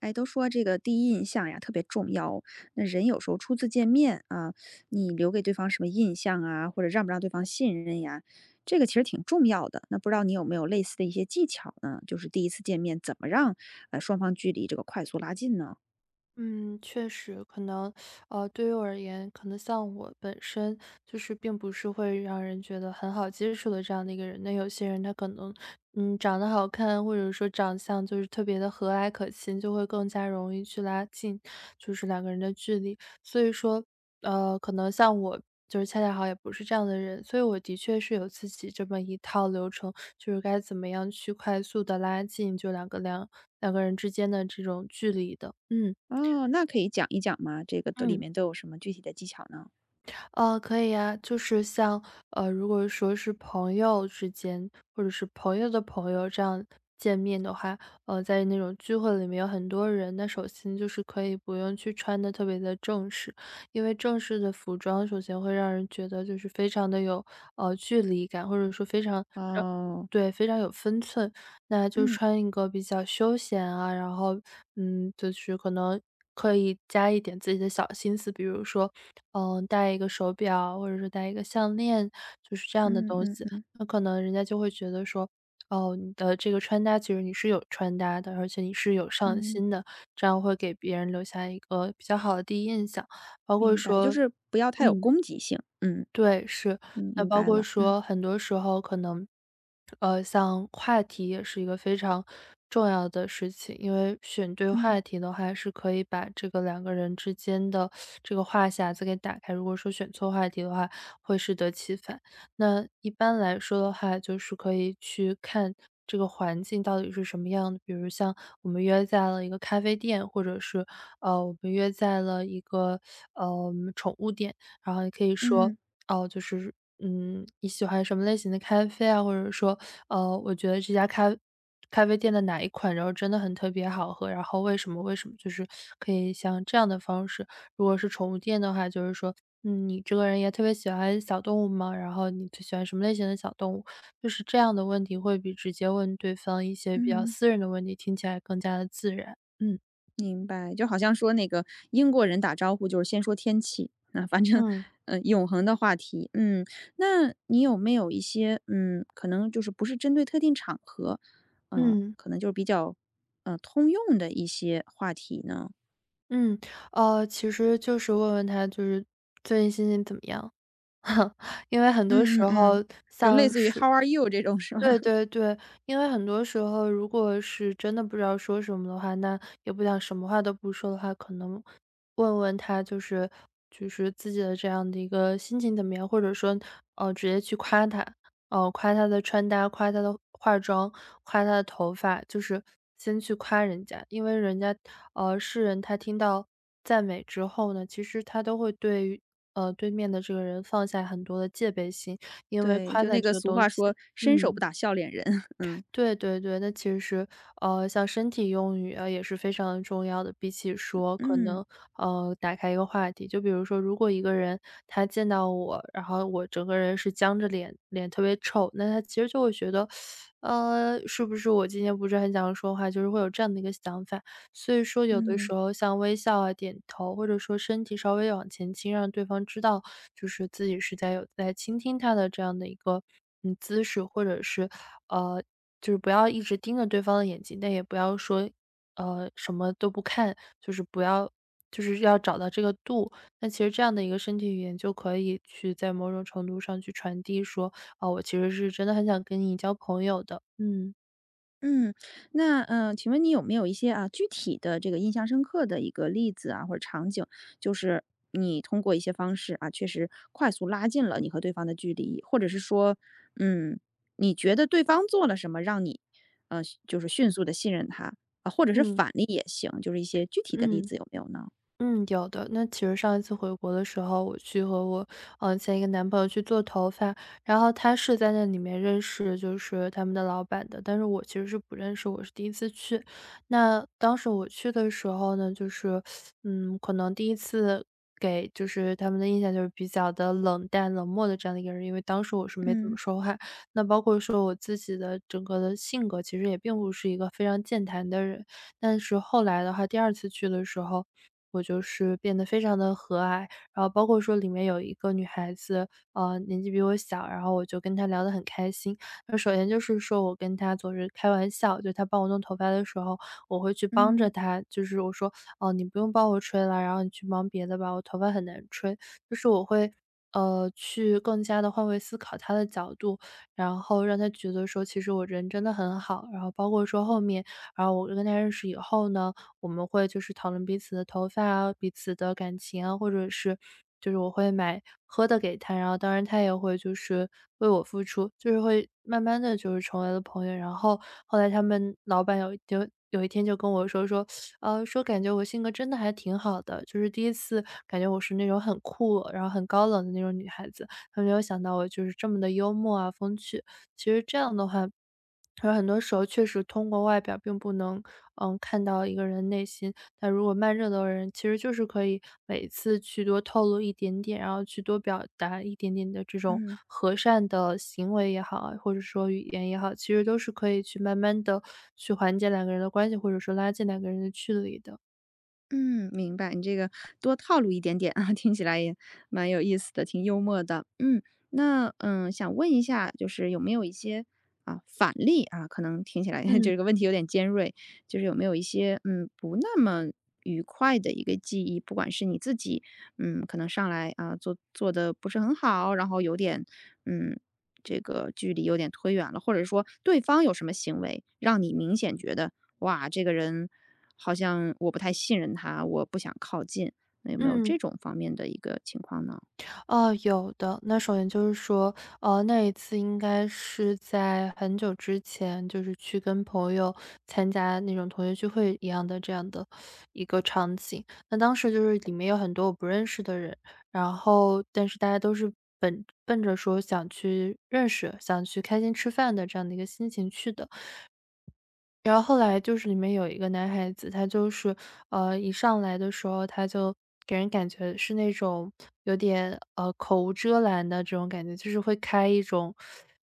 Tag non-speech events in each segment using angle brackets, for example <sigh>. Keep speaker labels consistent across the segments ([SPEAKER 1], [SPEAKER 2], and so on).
[SPEAKER 1] 哎，都说这个第一印象呀特别重要，那人有时候初次见面啊，你留给对方什么印象啊，或者让不让对方信任呀，这个其实挺重要的。那不知道你有没有类似的一些技巧呢？就是第一次见面怎么让双方距离这个快速拉近呢？
[SPEAKER 2] 嗯，确实，可能，对于我而言，可能像我本身就是并不是会让人觉得很好接触的这样的一个人。那有些人他可能，嗯，长得好看，或者说长相就是特别的和蔼可亲，就会更加容易去拉近就是两个人的距离。所以说，可能像我就是恰恰好也不是这样的人，所以我的确是有自己这么一套流程，就是该怎么样去快速的拉近就两个人之间的这种距离的。嗯。
[SPEAKER 1] 哦，那可以讲一讲吗？这个都里
[SPEAKER 2] 嗯，
[SPEAKER 1] 面都有什么具体的技巧呢？
[SPEAKER 2] 可以呀，就是像，如果说是朋友之间，或者是朋友的朋友这样见面的话，在那种聚会里面有很多人，那首先就是可以不用去穿的特别的正式，因为正式的服装首先会让人觉得就是非常的有距离感，或者说非常让
[SPEAKER 1] 哦，
[SPEAKER 2] 对非常有分寸，那就
[SPEAKER 1] 嗯
[SPEAKER 2] 穿一个比较休闲啊，然后嗯，就是可能。可以加一点自己的小心思，比如说，嗯，戴一个手表，或者是戴一个项链，就是这样的
[SPEAKER 1] 嗯
[SPEAKER 2] 东
[SPEAKER 1] 嗯
[SPEAKER 2] 西。
[SPEAKER 1] 嗯
[SPEAKER 2] 那可能人家就会觉得说，哦，你的这个穿搭其实你是有穿搭的，而且你是有上
[SPEAKER 1] 嗯，
[SPEAKER 2] 心的，这样会给别人留下一个比较好的第一印象。包括
[SPEAKER 1] 明白，就
[SPEAKER 2] 说
[SPEAKER 1] 是不要太有
[SPEAKER 2] 嗯。
[SPEAKER 1] 攻击性。嗯，
[SPEAKER 2] 对，是。那
[SPEAKER 1] 明
[SPEAKER 2] 包
[SPEAKER 1] 白
[SPEAKER 2] 括
[SPEAKER 1] 了。嗯
[SPEAKER 2] 说很多时候可能，像话题也是一个非常重要的事情，因为选对
[SPEAKER 1] 嗯
[SPEAKER 2] 话题的话，是可以把这个两个人之间的这个话匣子给打开。如果说选错话题的话，会适得其反。那一般来说的话，就是可以去看这个环境到底是什么样的，比如像我们约在了一个咖啡店，或者是我们约在了一个宠物店。然后你可以说，
[SPEAKER 1] 嗯
[SPEAKER 2] 哦，就是，嗯，你喜欢什么类型的咖啡啊，或者说，我觉得这家咖啡店的哪一款，然后真的很特别好喝，然后为什么，就是可以像这样的方式。如果是宠物店的话，就是说，嗯，你这个人也特别喜欢小动物吗？然后你最喜欢什么类型的小动物？就是这样的问题会比直接问对方一些比较
[SPEAKER 1] 嗯。
[SPEAKER 2] 私人的问题，听起来更加的自然。嗯。
[SPEAKER 1] 明白，就好像说那个英国人打招呼就是先说天气，啊，反正，
[SPEAKER 2] 嗯
[SPEAKER 1] 嗯，永恒的话题。嗯，那你有没有一些，嗯，可能就是不是针对特定场合，嗯，
[SPEAKER 2] 嗯。
[SPEAKER 1] 可能就是比较，通用的一些话题呢？
[SPEAKER 2] 嗯，其实就是问问他，就是最近心情怎么样？<laughs> 因为很多
[SPEAKER 1] 嗯
[SPEAKER 2] 时
[SPEAKER 1] 嗯嗯，
[SPEAKER 2] 候
[SPEAKER 1] 就类
[SPEAKER 2] 像
[SPEAKER 1] 似于
[SPEAKER 2] 是
[SPEAKER 1] "How are you" 这种是吧？
[SPEAKER 2] 对
[SPEAKER 1] <laughs>
[SPEAKER 2] 对对，因为很多时候，如果是真的不知道说什么的话，那也不想什么话都不说的话，可能问问他就是就是自己的这样的一个心情怎么样，或者说直接去夸他，夸他的穿搭，夸他的化妆，夸他的头发，就是先去夸人家，因为人家世人他听到赞美之后呢，其实他都会对于对面的这个人放下很多的戒备心，因为
[SPEAKER 1] 对，
[SPEAKER 2] 夸
[SPEAKER 1] 就那
[SPEAKER 2] 赞
[SPEAKER 1] 个
[SPEAKER 2] 这个
[SPEAKER 1] 俗
[SPEAKER 2] 东
[SPEAKER 1] 话说
[SPEAKER 2] 西，
[SPEAKER 1] “伸手不
[SPEAKER 2] 嗯。
[SPEAKER 1] 打笑脸人"。<laughs> 嗯
[SPEAKER 2] 对对对，那其实，像身体用语啊也是非常重要的。比起说可
[SPEAKER 1] 嗯
[SPEAKER 2] 能，打开一个话题，就比如说，如果一个人他见到我，然后我整个人是僵着脸，脸特别臭，那他其实就会觉得，是不是我今天不是很想说话，就是会有这样的一个想法。所以说有的
[SPEAKER 1] 嗯。
[SPEAKER 2] 时候像微笑啊、点头，或者说身体稍微往前倾，让对方知道就是自己是在有在倾听他的这样的一个嗯姿势，或者是呃，就是不要一直盯着对方的眼睛，但也不要说什么都不看，就是不要。就是要找到这个度，那其实这样的一个身体语言就可以去在某种程度上去传递说，啊、我其实是真的很想跟你交朋友的，嗯
[SPEAKER 1] 嗯，那，嗯，请问你有没有一些，啊，具体的这个印象深刻的一个例子啊，或者场景，就是你通过一些方式啊，确实快速拉近了你和对方的距离，或者是说，嗯，你觉得对方做了什么让你，呃，就是迅速的信任他，啊，或者是
[SPEAKER 2] 嗯
[SPEAKER 1] 反例也行，就是一些具体的例
[SPEAKER 2] 嗯，
[SPEAKER 1] 子有没有呢？
[SPEAKER 2] 嗯，有的。那其实上一次回国的时候，我去和我，前一个男朋友去做头发，然后他是在那里面认识就是他们的老板的，但是我其实是不认识，我是第一次去。那当时我去的时候呢，就是，嗯，可能第一次给就是他们的印象就是比较的冷淡、冷漠的这样的一个人，因为当时我是没怎么
[SPEAKER 1] 嗯。
[SPEAKER 2] 说话。那包括说我自己的整个的性格，其实也并不是一个非常健谈的人。但是后来的话，第二次去的时候我就是变得非常的和蔼，然后包括说里面有一个女孩子，年纪比我小，然后我就跟她聊得很开心。那首先就是说我跟她总是开玩笑，就她帮我弄头发的时候，我会去帮
[SPEAKER 1] 嗯
[SPEAKER 2] 着她，就是我说：“哦，你不用帮我吹了，然后你去忙别的吧，我头发很难吹。”就是我会，去更加的换位思考她的角度，然后让她觉得说其实我人真的很好，然后包括说后面，然后我跟她认识以后呢我们会就是讨论彼此的头发啊、彼此的感情啊，或者是就是我会买喝的给他，然后当然他也会就是为我付出，就是会慢慢的就是成为了朋友。然后后来他们老板有一天就跟我说，说感觉我性格真的还挺好的，就是第一次感觉我是那种很酷，然后很高冷的那种女孩子，他没有想到我就是这么的幽默啊、风趣。其实这样的话，有很多时候确实通过外表并不能，嗯，看到一个人内心。但如果慢热的人，其实就是可以每次去多透露一点点，然后去多表达一点点的这种
[SPEAKER 1] 嗯。
[SPEAKER 2] 和善的行为也好啊，或者说语言也好，其实都是可以去慢慢的去缓解两个人的关系，或者说拉近两个人的距离的。
[SPEAKER 1] 嗯，明白，你这个多套路一点点啊，<laughs> 听起来也蛮有意思的，挺幽默的。嗯，那嗯，想问一下，就是有没有一些啊反例啊？可能听起来 <laughs>
[SPEAKER 2] 嗯。
[SPEAKER 1] 这个问题有点尖锐，就是有没有一些嗯不那么愉快的一个记忆？不管是你自己，嗯，可能上来啊做做的不是很好，然后有点嗯这个距离有点推远了，或者说对方有什么行为让你明显觉得哇，这个人。好像我不太信任他，我不想靠近。那有没有这
[SPEAKER 2] 嗯。
[SPEAKER 1] 种方面的一个情况呢？
[SPEAKER 2] 哦，有的。那首先就是说，那一次应该是在很久之前，就是去跟朋友参加那种同学聚会一样的这样的一个场景。那当时就是里面有很多我不认识的人，然后但是大家都是本奔着说想去认识、想去开心吃饭的这样的一个心情去的。然后后来就是里面有一个男孩子，他就是，一上来的时候，他就给人感觉是那种有点，口无遮拦的这种感觉，就是会开一种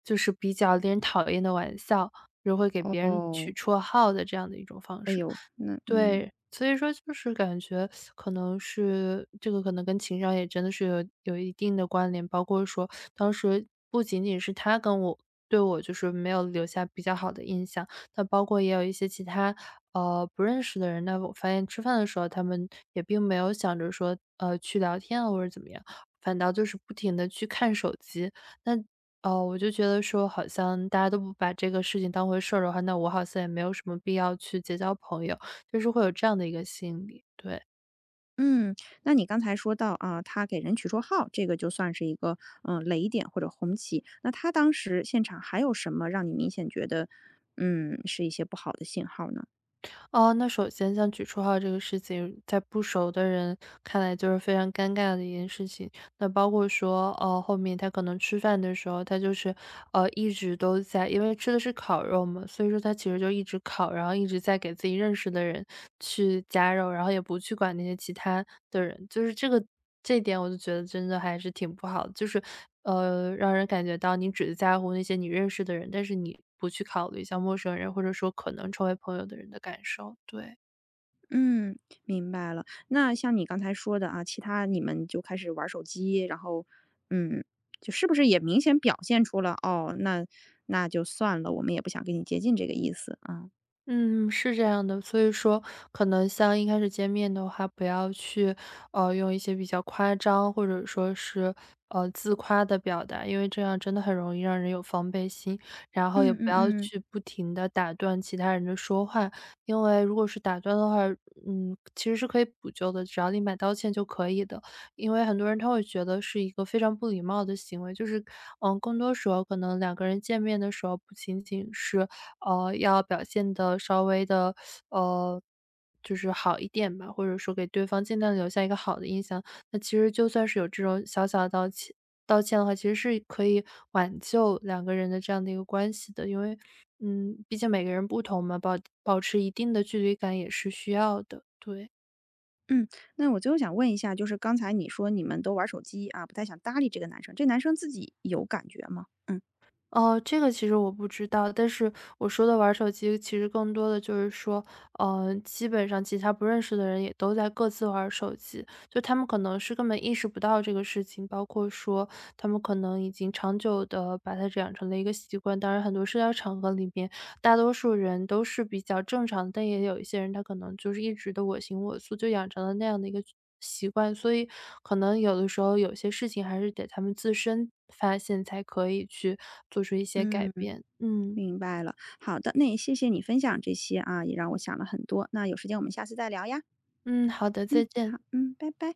[SPEAKER 2] 就是比较令人讨厌的玩笑，就会给别人取
[SPEAKER 1] 哦，
[SPEAKER 2] 绰号的这样的一种方
[SPEAKER 1] 哎
[SPEAKER 2] 式。
[SPEAKER 1] 呦，那嗯
[SPEAKER 2] 对，所以说就是感觉可能是这个可能跟情商也真的是有一定的关联，包括说当时不仅仅是他跟我对我就是没有留下比较好的印象，那包括也有一些其他，不认识的人，那我发现吃饭的时候他们也并没有想着说，去聊天啊或者怎么样，反倒就是不停的去看手机。那，我就觉得说好像大家都不把这个事情当回事儿的话，那我好像也没有什么必要去结交朋友。就是会有这样的一个心理，对。
[SPEAKER 1] 嗯，那你刚才说到啊，他给人取绰号，这个就算是一个嗯、雷点或者红旗。那他当时现场还有什么让你明显觉得嗯是一些不好的信号呢？
[SPEAKER 2] 哦，那首先像举绰号这个事情，在不熟的人看来就是非常尴尬的一件事情。那包括说，后面他可能吃饭的时候，他就是，一直都在因为吃的是烤肉嘛，所以说他其实就一直烤，然后一直在给自己认识的人去夹肉，然后也不去管那些其他的人。就是这个这一点我就觉得真的还是挺不好的，就是，让人感觉到你只在乎那些你认识的人，但是你不去考虑像陌生人，或者说可能成为朋友的人的感受，对。
[SPEAKER 1] 嗯，明白了。那像你刚才说的啊，其他你们就开始玩手机，然后，嗯，就是不是也明显表现出了哦，那那就算了，我们也不想跟你接近这个意思啊。
[SPEAKER 2] 嗯，是这样的，所以说可能像一开始见面的话，不要去，用一些比较夸张或者说是，自夸的表达，因为这样真的很容易让人有防备心。然后也
[SPEAKER 1] 嗯
[SPEAKER 2] 不
[SPEAKER 1] 嗯
[SPEAKER 2] 要
[SPEAKER 1] 嗯
[SPEAKER 2] 去不停的打断其他人的说话，因为如果是打断的话，嗯，其实是可以补救的，只要立马道歉就可以的。因为很多人他会觉得是一个非常不礼貌的行为，就是，嗯，更多时候可能两个人见面的时候，不仅仅是要表现的稍微的，呃，就是好一点吧，或者说给对方尽量留下一个好的印象。那其实就算是有这种小小的道歉的话，其实是可以挽救两个人的这样的一个关系的。因为，嗯，毕竟每个人不同嘛，保持一定的距离感也是需要的，对。
[SPEAKER 1] 嗯。那我最后想问一下，就是刚才你说你们都玩手机啊，不太想搭理这个男生，这男生自己有感觉吗？嗯
[SPEAKER 2] 哦，这个其实我不知道，但是我说的玩手机其实更多的就是说，嗯，基本上其他不认识的人也都在各自玩手机，就他们可能是根本意识不到这个事情，包括说他们可能已经长久的把它养成了一个习惯。当然，很多社交场合里面大多数人都是比较正常，但也有一些人他可能就是一直都我行我素，就养成了那样的一个习惯，所以可能有的时候有些事情还是得他们自身发现才可以去做出一些改
[SPEAKER 1] 嗯，
[SPEAKER 2] 变。嗯，
[SPEAKER 1] 明白了。好的，那也谢谢你分享这些啊，也让我想了很多。那有时间我们下次再聊呀。
[SPEAKER 2] 嗯，好的，再
[SPEAKER 1] 嗯，
[SPEAKER 2] 见。
[SPEAKER 1] 好，嗯，拜拜。